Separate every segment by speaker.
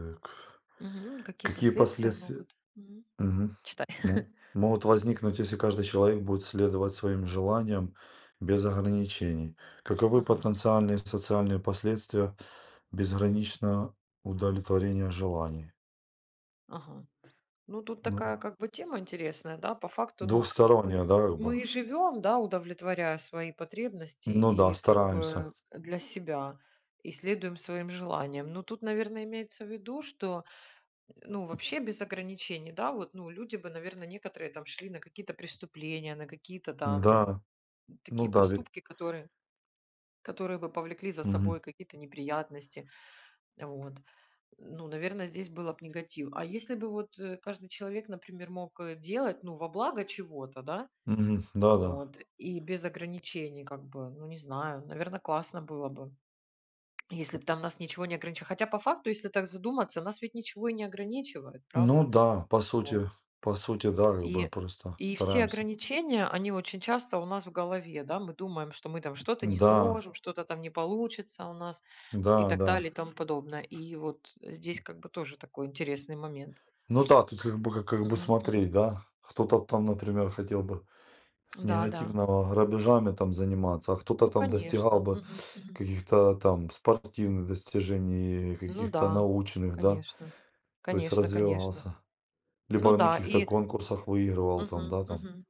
Speaker 1: Так.
Speaker 2: Мгм. Какие
Speaker 1: Какие
Speaker 2: последствия
Speaker 1: последствия.
Speaker 2: могут? Мгм.
Speaker 1: Мгм.
Speaker 2: Читай.
Speaker 1: Ну, могут возникнуть, если каждый человек будет следовать своим желаниям без ограничений? Каковы
Speaker 2: Ага,
Speaker 1: потенциальные социальные последствия безграничного удовлетворения желаний?
Speaker 2: ага. Ну, тут
Speaker 1: Ну,
Speaker 2: такая как бы тема интересная, да, по факту, ну, как бы мы,
Speaker 1: двухстороннее, да, как
Speaker 2: мы
Speaker 1: бы?
Speaker 2: и живем, да, удовлетворяя свои потребности
Speaker 1: Ну да,
Speaker 2: и как
Speaker 1: стараемся.
Speaker 2: бы для себя, и следуем своим желаниям. Но тут, наверное, имеется в виду, что, ну, вообще без ограничений, да, вот, ну, люди бы, наверное, некоторые там шли на какие-то преступления, на какие-то там
Speaker 1: Да, ну
Speaker 2: такие
Speaker 1: да, ведь.
Speaker 2: поступки, которые бы повлекли за
Speaker 1: Мгм.
Speaker 2: собой какие-то неприятности, вот. Ну, наверное, здесь было бы негатив. А если бы вот, каждый человек, например, мог, делать, ну, во благо чего-то, да,
Speaker 1: Мгм. Да-да.
Speaker 2: вот, и без ограничений как бы, ну, не знаю, наверное, классно было бы, если бы там нас ничего не ограничивало. Хотя по факту, если так задуматься, нас ведь ничего и не ограничивает,
Speaker 1: Ну
Speaker 2: правда?
Speaker 1: да,
Speaker 2: Вот.
Speaker 1: по сути, да, как бы
Speaker 2: И
Speaker 1: просто
Speaker 2: и все
Speaker 1: стараемся.
Speaker 2: ограничения, они очень часто у нас в голове, да. Мы думаем, что мы там что-то не
Speaker 1: Да,
Speaker 2: сможем, что-то там не получится у нас, и
Speaker 1: да,
Speaker 2: так
Speaker 1: да.
Speaker 2: далее, и тому подобное. И вот здесь как бы тоже такой интересный момент.
Speaker 1: Ну да, тут как бы как бы
Speaker 2: Мгм,
Speaker 1: смотреть,
Speaker 2: мгм.
Speaker 1: да. Кто-то там, например, хотел бы с
Speaker 2: Да, да.
Speaker 1: негативного грабежами там заниматься, а кто-то
Speaker 2: Ну,
Speaker 1: там достигал
Speaker 2: конечно.
Speaker 1: бы
Speaker 2: Мгм, мгм.
Speaker 1: каких-то там спортивных достижений,
Speaker 2: Ну
Speaker 1: каких-то
Speaker 2: да,
Speaker 1: научных, да,
Speaker 2: конечно.
Speaker 1: то есть
Speaker 2: Конечно, конечно.
Speaker 1: развивался.
Speaker 2: Ну
Speaker 1: Либо на
Speaker 2: да.
Speaker 1: каких-то
Speaker 2: И
Speaker 1: конкурсах выигрывал там,
Speaker 2: мгм,
Speaker 1: да, там.
Speaker 2: мгм.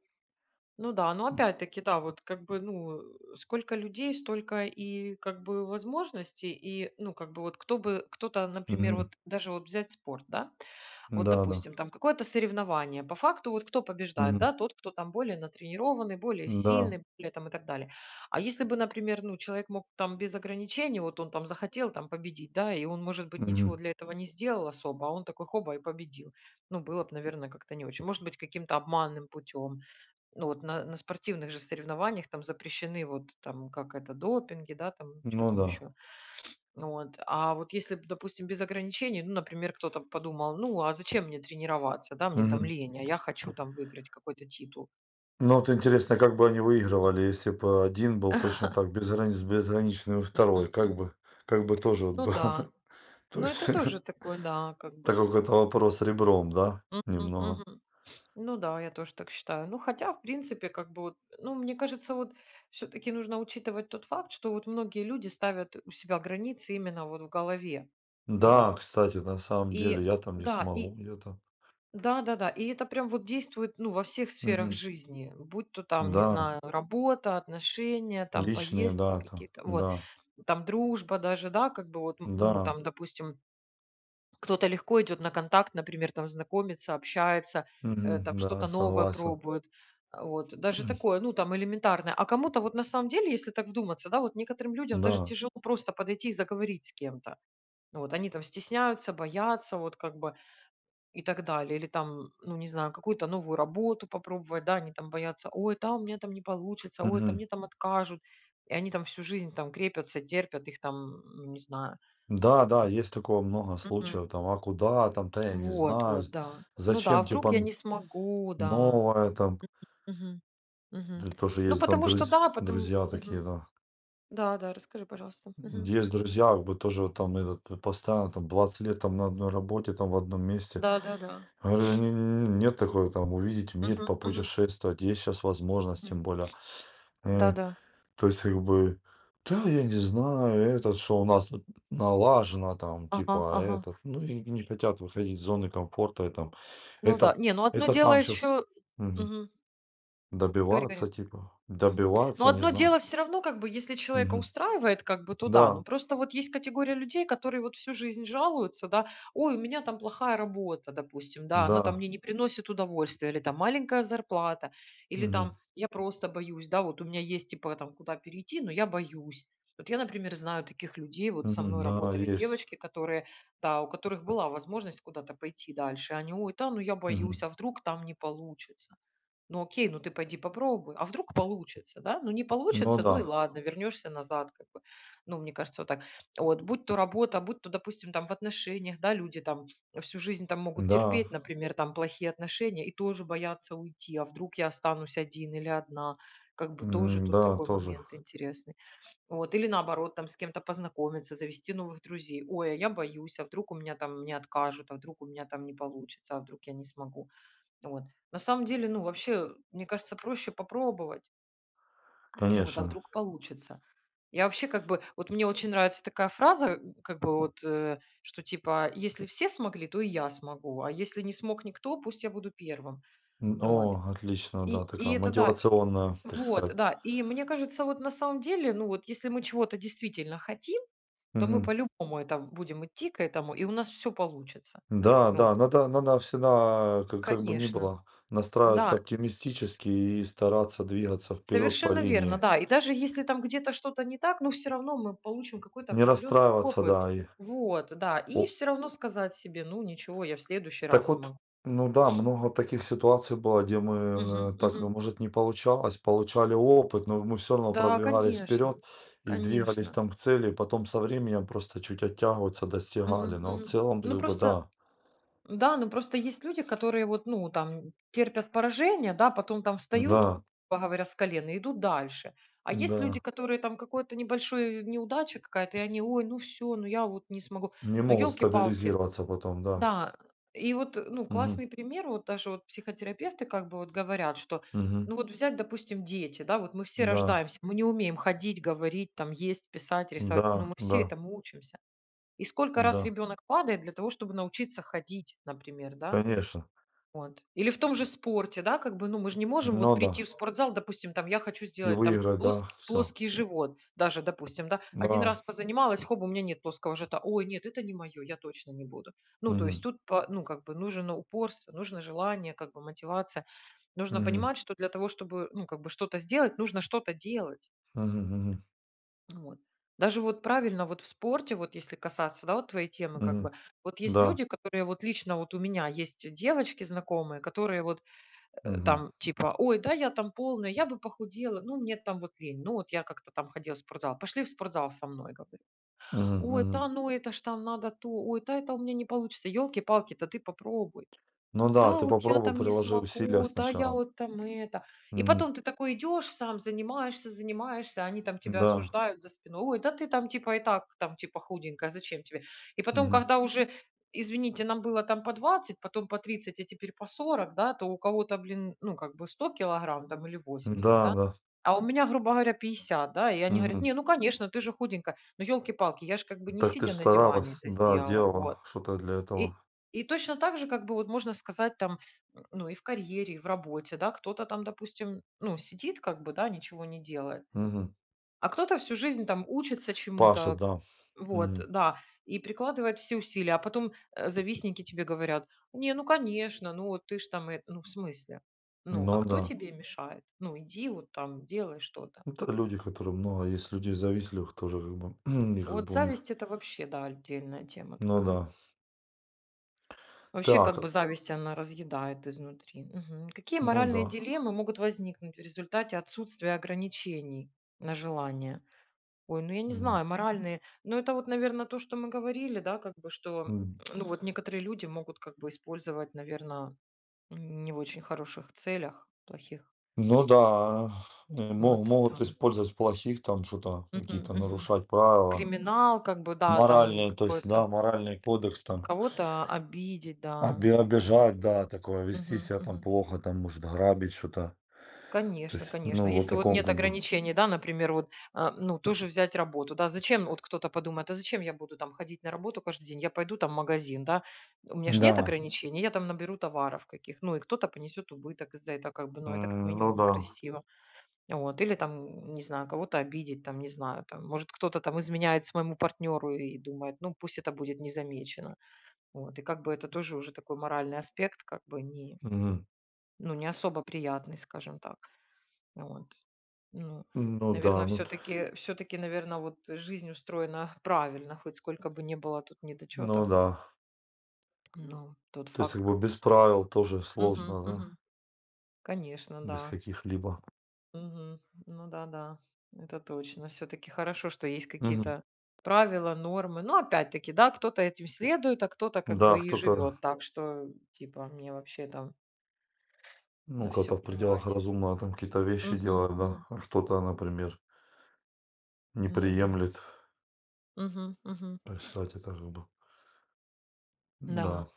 Speaker 2: Ну да, но
Speaker 1: М,
Speaker 2: опять-таки, да, вот как бы, ну, сколько людей, столько и как бы возможностей, и, ну, как бы вот кто-то, например,
Speaker 1: мгм.
Speaker 2: вот даже вот взять спорт, да? Вот,
Speaker 1: Да-да.
Speaker 2: допустим, там какое-то соревнование. По факту вот кто побеждает,
Speaker 1: Мгм.
Speaker 2: да, тот, кто там более натренированный, более
Speaker 1: Да.
Speaker 2: сильный, более там, и так далее. А если бы, например, ну, человек мог там без ограничений, вот он там захотел там победить, да, и он, может быть, ничего
Speaker 1: Мгм.
Speaker 2: для этого не сделал особо, а он такой хоба и победил. Ну, было бы, наверное, как-то не очень. Может быть, каким-то обманным путем. Ну, вот на спортивных же соревнованиях там запрещены вот там как это, допинги, да, там что
Speaker 1: Ну
Speaker 2: там
Speaker 1: да.
Speaker 2: еще. Вот. А вот если б, допустим, без ограничений, ну, например, кто-то подумал, ну, а зачем мне тренироваться, да, мне там
Speaker 1: Мгм.
Speaker 2: лень, а я хочу там выиграть какой-то титул.
Speaker 1: Ну, вот интересно, как бы они выигрывали, если бы один был точно так безграничным, и 2,
Speaker 2: М, мгм.
Speaker 1: как бы тоже вот
Speaker 2: Ну
Speaker 1: было.
Speaker 2: да,
Speaker 1: То
Speaker 2: ну
Speaker 1: есть
Speaker 2: это
Speaker 1: это
Speaker 2: тоже такое, да, как бы.
Speaker 1: какой-то вопрос ребром, да,
Speaker 2: Мгм,
Speaker 1: немного.
Speaker 2: мгм. Ну да, я тоже так считаю. Ну хотя, в принципе, как бы, вот, ну мне кажется, вот все-таки нужно учитывать тот факт, что вот многие люди ставят у себя границы именно вот в голове. Вот.
Speaker 1: Да, кстати, на самом
Speaker 2: И
Speaker 1: деле я там не
Speaker 2: да, и
Speaker 1: смогу, я там.
Speaker 2: да-да-да. И это прям вот действует, ну, во всех сферах
Speaker 1: Мгм.
Speaker 2: жизни, будь то там, не
Speaker 1: Да,
Speaker 2: знаю, работа, отношения, там
Speaker 1: личные,
Speaker 2: поездки
Speaker 1: да, там,
Speaker 2: какие-то, вот,
Speaker 1: да,
Speaker 2: там дружба даже, да, как бы вот, ну,
Speaker 1: да,
Speaker 2: там, допустим, кто-то легко идет на контакт, например, там знакомится, общается,
Speaker 1: мгм,
Speaker 2: там
Speaker 1: да,
Speaker 2: что-то новое
Speaker 1: согласен,
Speaker 2: пробует. Вот, даже такое, ну, там, элементарное. А кому-то вот на самом деле, если так вдуматься, да, вот некоторым людям даже
Speaker 1: да,
Speaker 2: тяжело просто подойти и заговорить с кем-то. Вот, они там стесняются, боятся, вот как бы. И так далее. Или там, ну, не знаю, какую-то новую работу попробовать, да, они там боятся, ой, там у меня там не получится, ой, там
Speaker 1: мгм.
Speaker 2: мне там откажут. И они там всю жизнь там крепятся, терпят их там, ну, не знаю.
Speaker 1: Да-да, есть такого много
Speaker 2: Мгм.
Speaker 1: случаев, там: "А куда там? То я не
Speaker 2: Вот,
Speaker 1: знаю.
Speaker 2: вот, да. Ну да, а
Speaker 1: Зачем, типа,
Speaker 2: вдруг я
Speaker 1: н
Speaker 2: не смогу, да.
Speaker 1: новое там?"
Speaker 2: Мгм. Мгм.
Speaker 1: Да, тоже
Speaker 2: Ну,
Speaker 1: есть там
Speaker 2: потому что да, потом
Speaker 1: друзья такие,
Speaker 2: мгм.
Speaker 1: да.
Speaker 2: Да, да, расскажи, пожалуйста. Мгм.
Speaker 1: Есть друзья, как бы тоже вот там этот постоянно там 20 лет там на одной работе, там в одном месте.
Speaker 2: Да, да, да.
Speaker 1: Я говорю: Нет такого там увидеть мир,
Speaker 2: Мгм, мгм,
Speaker 1: попутешествовать, есть сейчас возможность,
Speaker 2: мгм.
Speaker 1: тем более.
Speaker 2: Да,
Speaker 1: Э,
Speaker 2: да.
Speaker 1: то есть, как бы, да, я не знаю, этот, что у нас тут налажено, там,
Speaker 2: Ага,
Speaker 1: типа,
Speaker 2: ага.
Speaker 1: этот, ну, и не хотят выходить из зоны комфорта, и там,
Speaker 2: Ну да.
Speaker 1: это,
Speaker 2: Не, ну одно
Speaker 1: это
Speaker 2: дело
Speaker 1: там сейчас
Speaker 2: еще. Говори,
Speaker 1: добиваться,
Speaker 2: говори.
Speaker 1: типа,
Speaker 2: Мгм. Но
Speaker 1: добиваться, не
Speaker 2: одно
Speaker 1: знаю.
Speaker 2: дело все равно, как бы, если человека
Speaker 1: Мгм.
Speaker 2: устраивает, как бы, туда, да.
Speaker 1: Да,
Speaker 2: Но просто вот есть категория людей, которые вот всю жизнь жалуются, да: "Ой, у меня там плохая работа", допустим, да, "она там
Speaker 1: да,
Speaker 2: мне не приносит удовольствия", или там "маленькая зарплата", или там
Speaker 1: мгм,
Speaker 2: "я просто боюсь", да, вот у меня есть, типа, там куда перейти, но я боюсь. Вот я, например, знаю таких людей, вот со
Speaker 1: мгм,
Speaker 2: мной
Speaker 1: да,
Speaker 2: работали
Speaker 1: есть.
Speaker 2: девочки, которые, да, у которых была возможность куда-то пойти дальше. Они: "Ой, да, ну я
Speaker 1: Мгм.
Speaker 2: боюсь, а вдруг там не получится". Ну, окей, ну ты пойди попробуй. А вдруг получится, да? Ну, не
Speaker 1: Ну
Speaker 2: получится,
Speaker 1: да,
Speaker 2: ну и ладно, вернешься назад, как бы. Ну, мне кажется, вот так. Вот, будь то работа, будь то, допустим, там в отношениях, да, люди там всю жизнь там могут
Speaker 1: да,
Speaker 2: терпеть, например, там плохие отношения и тоже боятся уйти, а вдруг я останусь один или одна, как бы тоже
Speaker 1: м,
Speaker 2: тут
Speaker 1: да,
Speaker 2: такой
Speaker 1: тоже,
Speaker 2: момент интересный. Вот, или наоборот, там с кем-то познакомиться, завести новых друзей. Ой, а я боюсь, а вдруг у меня там не откажут, а вдруг у меня там не получится, а вдруг я не смогу. Вот. На самом деле, ну, вообще, мне кажется, проще попробовать. Вот, а
Speaker 1: конечно.
Speaker 2: вдруг получится? Я вообще как бы, вот мне очень нравится такая фраза, как бы вот, что типа, если все смогли, то и я смогу, а если не смог никто, пусть я буду первым.
Speaker 1: М,
Speaker 2: Вот.
Speaker 1: о, отлично, да,
Speaker 2: И
Speaker 1: такая
Speaker 2: это да,
Speaker 1: мотивационная, так
Speaker 2: вот,
Speaker 1: сказать.
Speaker 2: да. И мне кажется, вот на самом деле, ну вот, если мы чего-то действительно хотим, то мы
Speaker 1: Мгм.
Speaker 2: по-любому это будем идти к этому, и у нас все получится.
Speaker 1: Да,
Speaker 2: Вот,
Speaker 1: да, надо всегда, как бы ни
Speaker 2: конечно.
Speaker 1: было, настраиваться
Speaker 2: Да,
Speaker 1: оптимистически и стараться двигаться вперед по
Speaker 2: совершенно верно,
Speaker 1: линии.
Speaker 2: да. И даже если там где-то что-то не так, ну все равно мы получим какой-то
Speaker 1: Не
Speaker 2: определенный
Speaker 1: расстраиваться,
Speaker 2: опыт.
Speaker 1: да, и
Speaker 2: Вот, да. И
Speaker 1: о-.
Speaker 2: все равно сказать себе: "Ну ничего, я в следующий
Speaker 1: Так
Speaker 2: раз
Speaker 1: вот,
Speaker 2: смогу".
Speaker 1: ну да, много таких ситуаций было, где
Speaker 2: Мгм,
Speaker 1: мы, э, так,
Speaker 2: мгм.
Speaker 1: может, не получалось, получали опыт, но мы все равно
Speaker 2: Да,
Speaker 1: продвигались
Speaker 2: конечно,
Speaker 1: вперед и двигались
Speaker 2: конечно.
Speaker 1: там к цели, и потом со временем просто чуть оттягиваться достигали.
Speaker 2: Мгм,
Speaker 1: Но в
Speaker 2: мгм.
Speaker 1: целом,
Speaker 2: Ну
Speaker 1: как бы,
Speaker 2: просто
Speaker 1: да,
Speaker 2: да, ну просто есть люди, которые вот, ну, там терпят поражение, да, потом там встают,
Speaker 1: да,
Speaker 2: грубо говоря, с колен и идут дальше. А есть люди,
Speaker 1: да,
Speaker 2: которые там какой-то небольшой неудача какая-то, и они: "Ой, ну все, ну я вот не смогу".
Speaker 1: не
Speaker 2: Ну,
Speaker 1: могут
Speaker 2: елки палки.
Speaker 1: стабилизироваться потом, да.
Speaker 2: Да, и вот, ну,
Speaker 1: Мгм.
Speaker 2: классный пример, вот даже вот психотерапевты как бы вот говорят, что,
Speaker 1: Мгм.
Speaker 2: ну, вот взять, допустим, дети, да, вот мы все
Speaker 1: Да,
Speaker 2: рождаемся, мы не умеем ходить, говорить, там, есть, писать, рисовать, но
Speaker 1: да,
Speaker 2: мы все
Speaker 1: да,
Speaker 2: этому учимся. И сколько раз
Speaker 1: да,
Speaker 2: ребенок падает для того, чтобы научиться ходить, например, да?
Speaker 1: конечно.
Speaker 2: Вот. Или в том же спорте, да, как бы, ну, мы же не можем вот
Speaker 1: Ну
Speaker 2: прийти
Speaker 1: да,
Speaker 2: в спортзал, допустим, там, я хочу
Speaker 1: и
Speaker 2: сделать там
Speaker 1: выиграть, да, все.
Speaker 2: плоский живот даже, допустим, да.
Speaker 1: Да.
Speaker 2: Один раз позанималась, хоп, у меня нет плоского живота. Ой, нет, это не мое, я точно не буду. Ну, то есть
Speaker 1: Мгм.
Speaker 2: тут по ну, как бы нужно упорство, нужно желание, как бы мотивация. Нужно
Speaker 1: Мгм.
Speaker 2: понимать, что для того, чтобы, ну, как бы что-то сделать, нужно что-то делать.
Speaker 1: Мгм. Мгм.
Speaker 2: Вот. Даже вот правильно вот в спорте, вот если касаться, да, вот твоей темы как бы,
Speaker 1: Мгм.
Speaker 2: вот есть
Speaker 1: Да.
Speaker 2: люди, которые вот лично вот у меня есть девочки знакомые, которые вот,
Speaker 1: Мгм.
Speaker 2: там типа, ой, да, я там полная, я бы похудела, ну, мне там вот лень, ну, вот я как-то там ходила в спортзал, пошли в спортзал со мной, говорю.
Speaker 1: Мгм,
Speaker 2: Ой, да,
Speaker 1: мгм.
Speaker 2: ну, это ж там надо то, ой, да, это у меня не получится, елки-палки, то ты попробуй.
Speaker 1: Ну да,
Speaker 2: Да,
Speaker 1: ты
Speaker 2: вот я
Speaker 1: попробуй,
Speaker 2: там не
Speaker 1: приложи усилия
Speaker 2: смогу, да, я
Speaker 1: сначала.
Speaker 2: вот там это. И
Speaker 1: Мгм.
Speaker 2: потом ты такой идешь, сам занимаешься, занимаешься, они там тебя
Speaker 1: Да.
Speaker 2: осуждают за спиной. Ой, да ты там типа и так там типа худенькая, зачем тебе? И потом,
Speaker 1: Мгм.
Speaker 2: когда уже, извините, нам было там по 20, потом по 30, а теперь по 40, да, то у кого-то, блин, ну как бы 100 килограмм там или 80,
Speaker 1: Да,
Speaker 2: да.
Speaker 1: да.
Speaker 2: А у меня, грубо говоря, 50, да, и они говорят,
Speaker 1: Мгм.
Speaker 2: не, ну, конечно, ты же худенькая. Но елки-палки, я же как бы не
Speaker 1: Так ты ж
Speaker 2: сидя на диване
Speaker 1: старалась,
Speaker 2: это
Speaker 1: да,
Speaker 2: сделала, вот.
Speaker 1: делала что-то для
Speaker 2: И
Speaker 1: этого.
Speaker 2: и точно так же, как бы, вот можно сказать, там, ну, и в карьере, и в работе, да, кто-то там, допустим, ну, сидит, как бы, да, ничего не делает,
Speaker 1: Мгм.
Speaker 2: а кто-то всю жизнь там учится
Speaker 1: Паша,
Speaker 2: чему-то,
Speaker 1: да.
Speaker 2: вот,
Speaker 1: Мгм.
Speaker 2: да, и прикладывает все усилия, а потом, завистники тебе говорят, не, ну, конечно, ну, вот ты ж там, ну, в смысле, ну, а
Speaker 1: Ну
Speaker 2: кто
Speaker 1: да.
Speaker 2: тебе мешает? Ну, иди вот там, делай что-то.
Speaker 1: Это люди, которые много, есть людей завистливых тоже как бы, и как
Speaker 2: Вот
Speaker 1: бы у них.
Speaker 2: зависть это вообще, да, отдельная тема
Speaker 1: Ну
Speaker 2: такая.
Speaker 1: да.
Speaker 2: Вообще,
Speaker 1: Так,
Speaker 2: как бы зависть, она разъедает изнутри. Мгм. Какие
Speaker 1: ну
Speaker 2: моральные
Speaker 1: да.
Speaker 2: дилеммы могут возникнуть в результате отсутствия ограничений на желание? Ой, ну я не
Speaker 1: М.
Speaker 2: знаю, моральные. Ну это вот, наверное, то, что мы говорили, да, как бы, что,
Speaker 1: М.
Speaker 2: ну вот некоторые люди могут как бы использовать, наверное, не в очень хороших целях, плохих.
Speaker 1: Ну да, э, мо
Speaker 2: Вот
Speaker 1: могут
Speaker 2: там.
Speaker 1: использовать плохих там что-то,
Speaker 2: Мгм,
Speaker 1: какие-то
Speaker 2: мгм.
Speaker 1: нарушать правила.
Speaker 2: Криминал, как бы, да, там
Speaker 1: Моральный, то есть, да,
Speaker 2: какой-то,
Speaker 1: моральный кодекс там.
Speaker 2: кого-то обидеть, да. Вот.
Speaker 1: Обижать, да, такое, вести
Speaker 2: Мгм,
Speaker 1: себя там
Speaker 2: мгм.
Speaker 1: плохо, там, может, грабить что-то. То
Speaker 2: Конечно,
Speaker 1: есть,
Speaker 2: конечно.
Speaker 1: ну, вот
Speaker 2: Если вот
Speaker 1: таком
Speaker 2: нет
Speaker 1: как бы.
Speaker 2: ограничений, да, например, вот, ну, тоже взять работу, да, зачем, вот кто-то подумает, а зачем я буду там ходить на работу каждый день, я пойду там в магазин, да, у меня ж нет
Speaker 1: Да,
Speaker 2: ограничений, я там наберу товаров каких, ну, и кто-то понесет убыток из-за этого, как бы, ну, это как
Speaker 1: м, ну
Speaker 2: минимум
Speaker 1: да,
Speaker 2: некрасиво, вот, или там, не знаю, кого-то обидеть, там, не знаю, там, может, кто-то там изменяет своему партнеру и думает, ну, пусть это будет незамечено, вот, и как бы это тоже уже такой моральный аспект, как бы, не,
Speaker 1: мгм.
Speaker 2: ну, не особо приятный, скажем так. Вот. Ну,
Speaker 1: Ну да,
Speaker 2: наверное,
Speaker 1: ну
Speaker 2: все
Speaker 1: т,
Speaker 2: таки все таки наверное, вот жизнь устроена правильно, хоть сколько бы не было тут
Speaker 1: ну
Speaker 2: недочетов.
Speaker 1: да.
Speaker 2: Но тот
Speaker 1: То есть,
Speaker 2: факт,
Speaker 1: как бы
Speaker 2: как.
Speaker 1: без правил тоже
Speaker 2: Мгм,
Speaker 1: сложно, да,
Speaker 2: мгм. Конечно,
Speaker 1: без
Speaker 2: да.
Speaker 1: каких-либо.
Speaker 2: Мгм. Ну да-да, это точно. Все таки хорошо, что есть
Speaker 1: Мгм.
Speaker 2: какие-то правила, нормы. Ну опять-таки, да, кто-то этим следует, а кто-то как
Speaker 1: Да,
Speaker 2: бы и
Speaker 1: кто-то,
Speaker 2: живет так, что типа мне вообще там
Speaker 1: ну,
Speaker 2: на
Speaker 1: кто-то
Speaker 2: все
Speaker 1: в пределах
Speaker 2: плевать.
Speaker 1: разумного там какие-то вещи
Speaker 2: Мгм,
Speaker 1: делает, да,
Speaker 2: мгм.
Speaker 1: а кто-то, например, не
Speaker 2: Ну да.
Speaker 1: приемлет,
Speaker 2: Мгм, мгм.
Speaker 1: так сказать, это как бы, да,
Speaker 2: Да.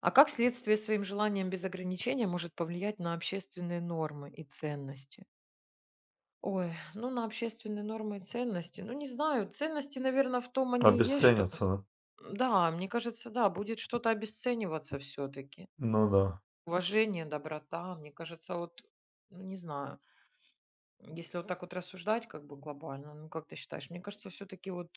Speaker 2: А как следствие своим желаниям без ограничения может повлиять на общественные нормы и ценности? Ой, ну на общественные нормы и ценности. Ну не знаю, ценности, наверное, в том они и есть, что.
Speaker 1: обесценятся, да.
Speaker 2: Да, мне кажется, да, будет что-то обесцениваться все-таки.
Speaker 1: Ну да.
Speaker 2: Уважение, доброта, мне кажется, вот, ну не знаю, если вот так вот рассуждать как бы глобально, ну как ты считаешь, мне кажется, все-таки вот,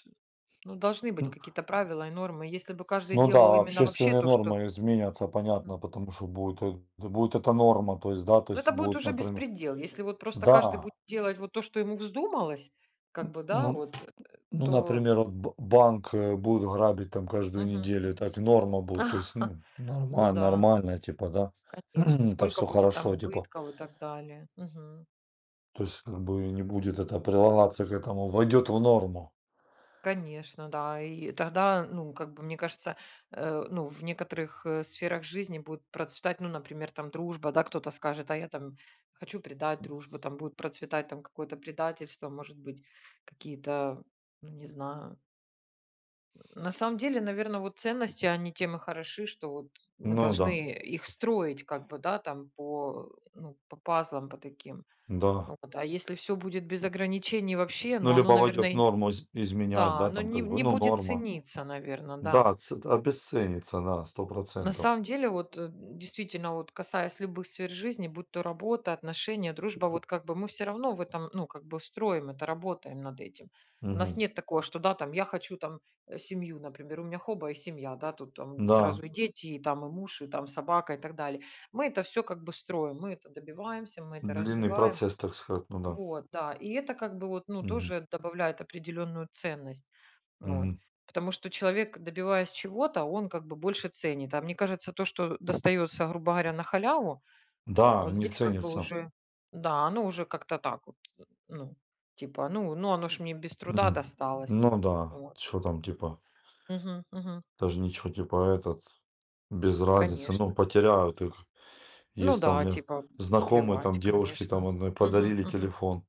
Speaker 2: ну должны быть
Speaker 1: Ну,
Speaker 2: какие-то правила и нормы. Если бы каждый
Speaker 1: ну
Speaker 2: делал
Speaker 1: да,
Speaker 2: именно вообще
Speaker 1: общественные
Speaker 2: то, что.
Speaker 1: нормы изменятся, понятно, потому что будет, э, будет эта норма, то есть, да, то
Speaker 2: Ну,
Speaker 1: есть
Speaker 2: это будет
Speaker 1: будет,
Speaker 2: уже
Speaker 1: например,
Speaker 2: беспредел. Если вот просто каждый
Speaker 1: да,
Speaker 2: будет делать вот то, что ему вздумалось, как бы, да,
Speaker 1: ну,
Speaker 2: вот,
Speaker 1: ну,
Speaker 2: то.
Speaker 1: например, вот банк э, будут грабить там каждую
Speaker 2: Мгм,
Speaker 1: неделю,
Speaker 2: мгм.
Speaker 1: так и норма будет, то есть, ну,
Speaker 2: Ну
Speaker 1: нормально,
Speaker 2: да,
Speaker 1: нормально, типа, да,
Speaker 2: конечно.
Speaker 1: это
Speaker 2: Сколько
Speaker 1: все
Speaker 2: будет там
Speaker 1: хорошо, типа,
Speaker 2: убытков и так далее. Мгм.
Speaker 1: то есть, как бы не будет это прилагаться к этому, войдет в норму.
Speaker 2: Конечно, да. И тогда, ну, как бы, мне кажется, ну, в некоторых сферах жизни будет процветать, ну, например, там дружба, да, кто-то скажет, а я там хочу предать дружбу, там будет процветать там какое-то предательство, может быть, какие-то, ну, не знаю. На самом деле, наверное, вот ценности, они тем и хороши, что вот мы
Speaker 1: Ну да,
Speaker 2: должны их строить как бы, да, там по пазлам, по таким.
Speaker 1: да.
Speaker 2: Вот. А если все будет без ограничений вообще,
Speaker 1: Ну,
Speaker 2: ну, оно,
Speaker 1: либо войдет
Speaker 2: наверное,
Speaker 1: норму изменять,
Speaker 2: да,
Speaker 1: да,
Speaker 2: оно
Speaker 1: там
Speaker 2: не
Speaker 1: как бы,
Speaker 2: не
Speaker 1: ну,
Speaker 2: будет
Speaker 1: норма.
Speaker 2: цениться, наверное, да.
Speaker 1: Да, обесценится, да, сто
Speaker 2: На
Speaker 1: процентов.
Speaker 2: самом деле, вот действительно, вот касаясь любых сфер жизни, будь то работа, отношения, дружба, вот как бы мы все равно в этом, ну, как бы строим это, работаем над этим. У нас
Speaker 1: Мгм.
Speaker 2: нет такого, что, да, там, я хочу там семью, например, у меня хоба и семья, да, тут там
Speaker 1: Да,
Speaker 2: сразу и дети, и там и муж, и там собака и так далее. Мы это все как бы строим, мы это добиваемся, мы это
Speaker 1: длинный
Speaker 2: развиваем,
Speaker 1: процесс, так сказать, ну да.
Speaker 2: вот, да. И это как бы вот, ну,
Speaker 1: Мгм,
Speaker 2: тоже добавляет определенную ценность. Вот.
Speaker 1: мгм.
Speaker 2: Потому что человек, добиваясь чего-то, он как бы больше ценит. А мне кажется, то, что достается, грубо говоря, на халяву,
Speaker 1: Да,
Speaker 2: вот
Speaker 1: они
Speaker 2: здесь как бы
Speaker 1: ценятся.
Speaker 2: уже, да, оно уже как-то так вот, ну, типа, ну оно ж мне без труда
Speaker 1: Мгм.
Speaker 2: досталось.
Speaker 1: Ну да,
Speaker 2: Вот.
Speaker 1: что там, типа,
Speaker 2: Мгм, мгм.
Speaker 1: даже ничего, типа, этот, без разницы, ну,
Speaker 2: Конечно.
Speaker 1: потеряют их.
Speaker 2: Ну
Speaker 1: Есть там
Speaker 2: да,
Speaker 1: мне
Speaker 2: типа,
Speaker 1: знакомые,
Speaker 2: плевать,
Speaker 1: там, девушки,
Speaker 2: конечно.
Speaker 1: там, одной
Speaker 2: Мгм,
Speaker 1: подарили
Speaker 2: мгм,
Speaker 1: телефон.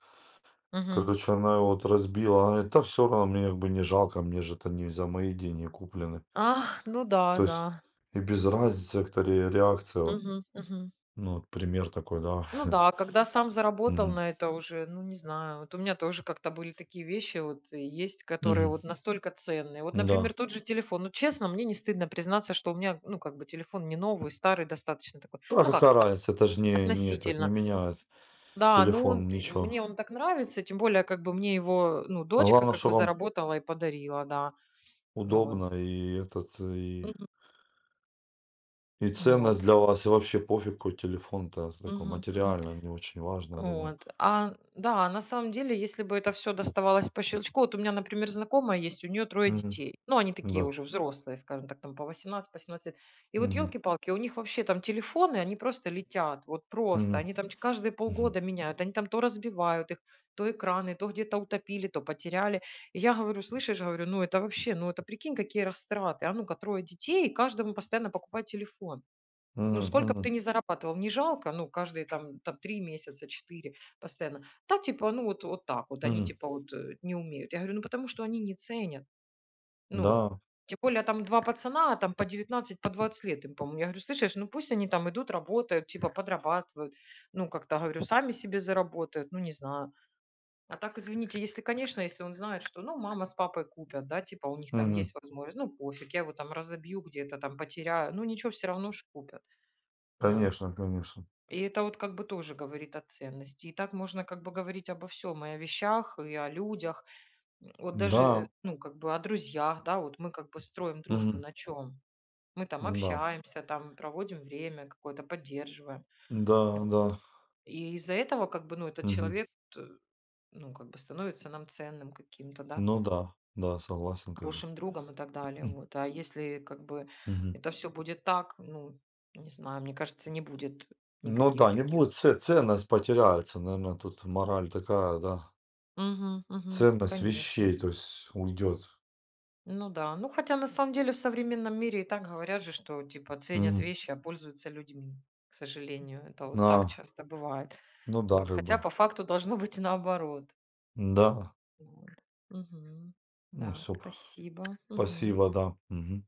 Speaker 2: мгм.
Speaker 1: Короче, она его вот разбила. Она говорит: "Да всё равно, мне как бы не жалко, мне же это не за мои деньги куплены".
Speaker 2: А, ну да,
Speaker 1: То
Speaker 2: да.
Speaker 1: есть и без разницы как-то ре реакция, вот,
Speaker 2: Мгм, мгм.
Speaker 1: ну, вот пример такой, да.
Speaker 2: Ну да, а когда сам заработал
Speaker 1: Мгм,
Speaker 2: на это уже, ну, не знаю. Вот у меня тоже как-то были такие вещи, вот и есть, которые
Speaker 1: мгм,
Speaker 2: вот настолько ценные. Вот,
Speaker 1: да.
Speaker 2: например, тот же телефон. Ну, честно, мне не стыдно признаться, что у меня, ну, как бы телефон не новый, старый достаточно такой.
Speaker 1: Да,
Speaker 2: Ну, как
Speaker 1: какая
Speaker 2: старый,
Speaker 1: разница, это ж не этот, не
Speaker 2: относительно.
Speaker 1: меняет
Speaker 2: Да, ну, он,
Speaker 1: телефон ничего.
Speaker 2: мне он так нравится, тем более, как бы мне его, ну,
Speaker 1: А
Speaker 2: дочка
Speaker 1: главное,
Speaker 2: как
Speaker 1: что
Speaker 2: бы
Speaker 1: вам
Speaker 2: заработала и подарила, да. Вот.
Speaker 1: удобно и этот,
Speaker 2: Мгм.
Speaker 1: и ценность
Speaker 2: Вот.
Speaker 1: для вас, и вообще пофиг, какой телефон-то, такой
Speaker 2: Мгм. Мгм.
Speaker 1: материально не очень важно, думаю.
Speaker 2: Вот. А, да, на самом деле, если бы это все доставалось по щелчку, вот у меня, например, знакомая есть, у нее трое
Speaker 1: Мгм.
Speaker 2: детей. Ну, они такие
Speaker 1: Да.
Speaker 2: уже взрослые, скажем так, там по 18, по 17 лет. И вот,
Speaker 1: Мгм.
Speaker 2: елки палки, у них вообще там телефоны, они просто летят, вот просто.
Speaker 1: Мгм.
Speaker 2: Они там каждые
Speaker 1: Мгм.
Speaker 2: полгода меняют, они там то разбивают их, то экраны, то где-то утопили, то потеряли. И я говорю: «Слышишь, — говорю, — ну это вообще, ну это прикинь, какие растраты. А ну-ка, трое детей, и каждому постоянно покупать телефон». Ну,
Speaker 1: Мгм.
Speaker 2: сколько бы ты
Speaker 1: Мгм.
Speaker 2: ни зарабатывал, не жалко, ну, каждые там, там 3 месяца, 4 постоянно. Да, типа, ну, вот, вот так вот, они
Speaker 1: Мгм.
Speaker 2: типа вот не умеют. Я говорю, ну, потому что они не ценят, ну.
Speaker 1: Да.
Speaker 2: Тем более там 2 пацана, а там по 19 по 20 лет им, по-моему. Я говорю, слышишь, ну, пусть они там идут, работают, типа подрабатывают, ну, как-то, говорю, сами себе заработают, ну, не знаю. А так, извините, если, конечно, если он знает, что, ну, мама с папой купят, да, типа у них там
Speaker 1: Мгм.
Speaker 2: есть возможность, ну, пофиг, я его там разобью где-то, там потеряю, ну, ничего, все равно ж купят. Вот.
Speaker 1: Конечно, конечно.
Speaker 2: И это вот как бы тоже говорит о ценности. И так можно как бы говорить обо всем, и о вещах, и о людях. Вот даже,
Speaker 1: Да.
Speaker 2: ну, как бы о друзьях, да, вот мы как бы строим дружбу
Speaker 1: Мгм.
Speaker 2: на чем? Мы там
Speaker 1: Да.
Speaker 2: общаемся, там проводим время какое-то, поддерживаем.
Speaker 1: Да, да.
Speaker 2: Вот. И из-за этого как бы, ну, этот
Speaker 1: Мгм.
Speaker 2: человек, т ну, как бы становится нам ценным каким-то, да,
Speaker 1: Ну да. Да, согласен как бы.
Speaker 2: хорошим другом и так далее. Вот. А если как бы
Speaker 1: Мгм.
Speaker 2: это все будет так, ну, не знаю, мне кажется, не будет
Speaker 1: Ну
Speaker 2: никаких
Speaker 1: да, не будет
Speaker 2: таких.
Speaker 1: ц ценность потеряется, наверное, тут мораль такая, да.
Speaker 2: Мгм, мгм.
Speaker 1: Ценность
Speaker 2: Конечно.
Speaker 1: вещей, то есть уйдет.
Speaker 2: Ну да. Ну, хотя на самом деле в современном мире и так говорят же, что типа ценят
Speaker 1: Мгм.
Speaker 2: вещи, а пользуются людьми. К сожалению, это вот так
Speaker 1: А,
Speaker 2: часто бывает.
Speaker 1: ну да,
Speaker 2: Вот.
Speaker 1: как
Speaker 2: Хотя
Speaker 1: бы.
Speaker 2: по факту должно быть наоборот.
Speaker 1: Да.
Speaker 2: Вот. Мгм.
Speaker 1: Ну
Speaker 2: Так,
Speaker 1: все,
Speaker 2: спасибо. Мгм.
Speaker 1: спасибо, да. Мгм.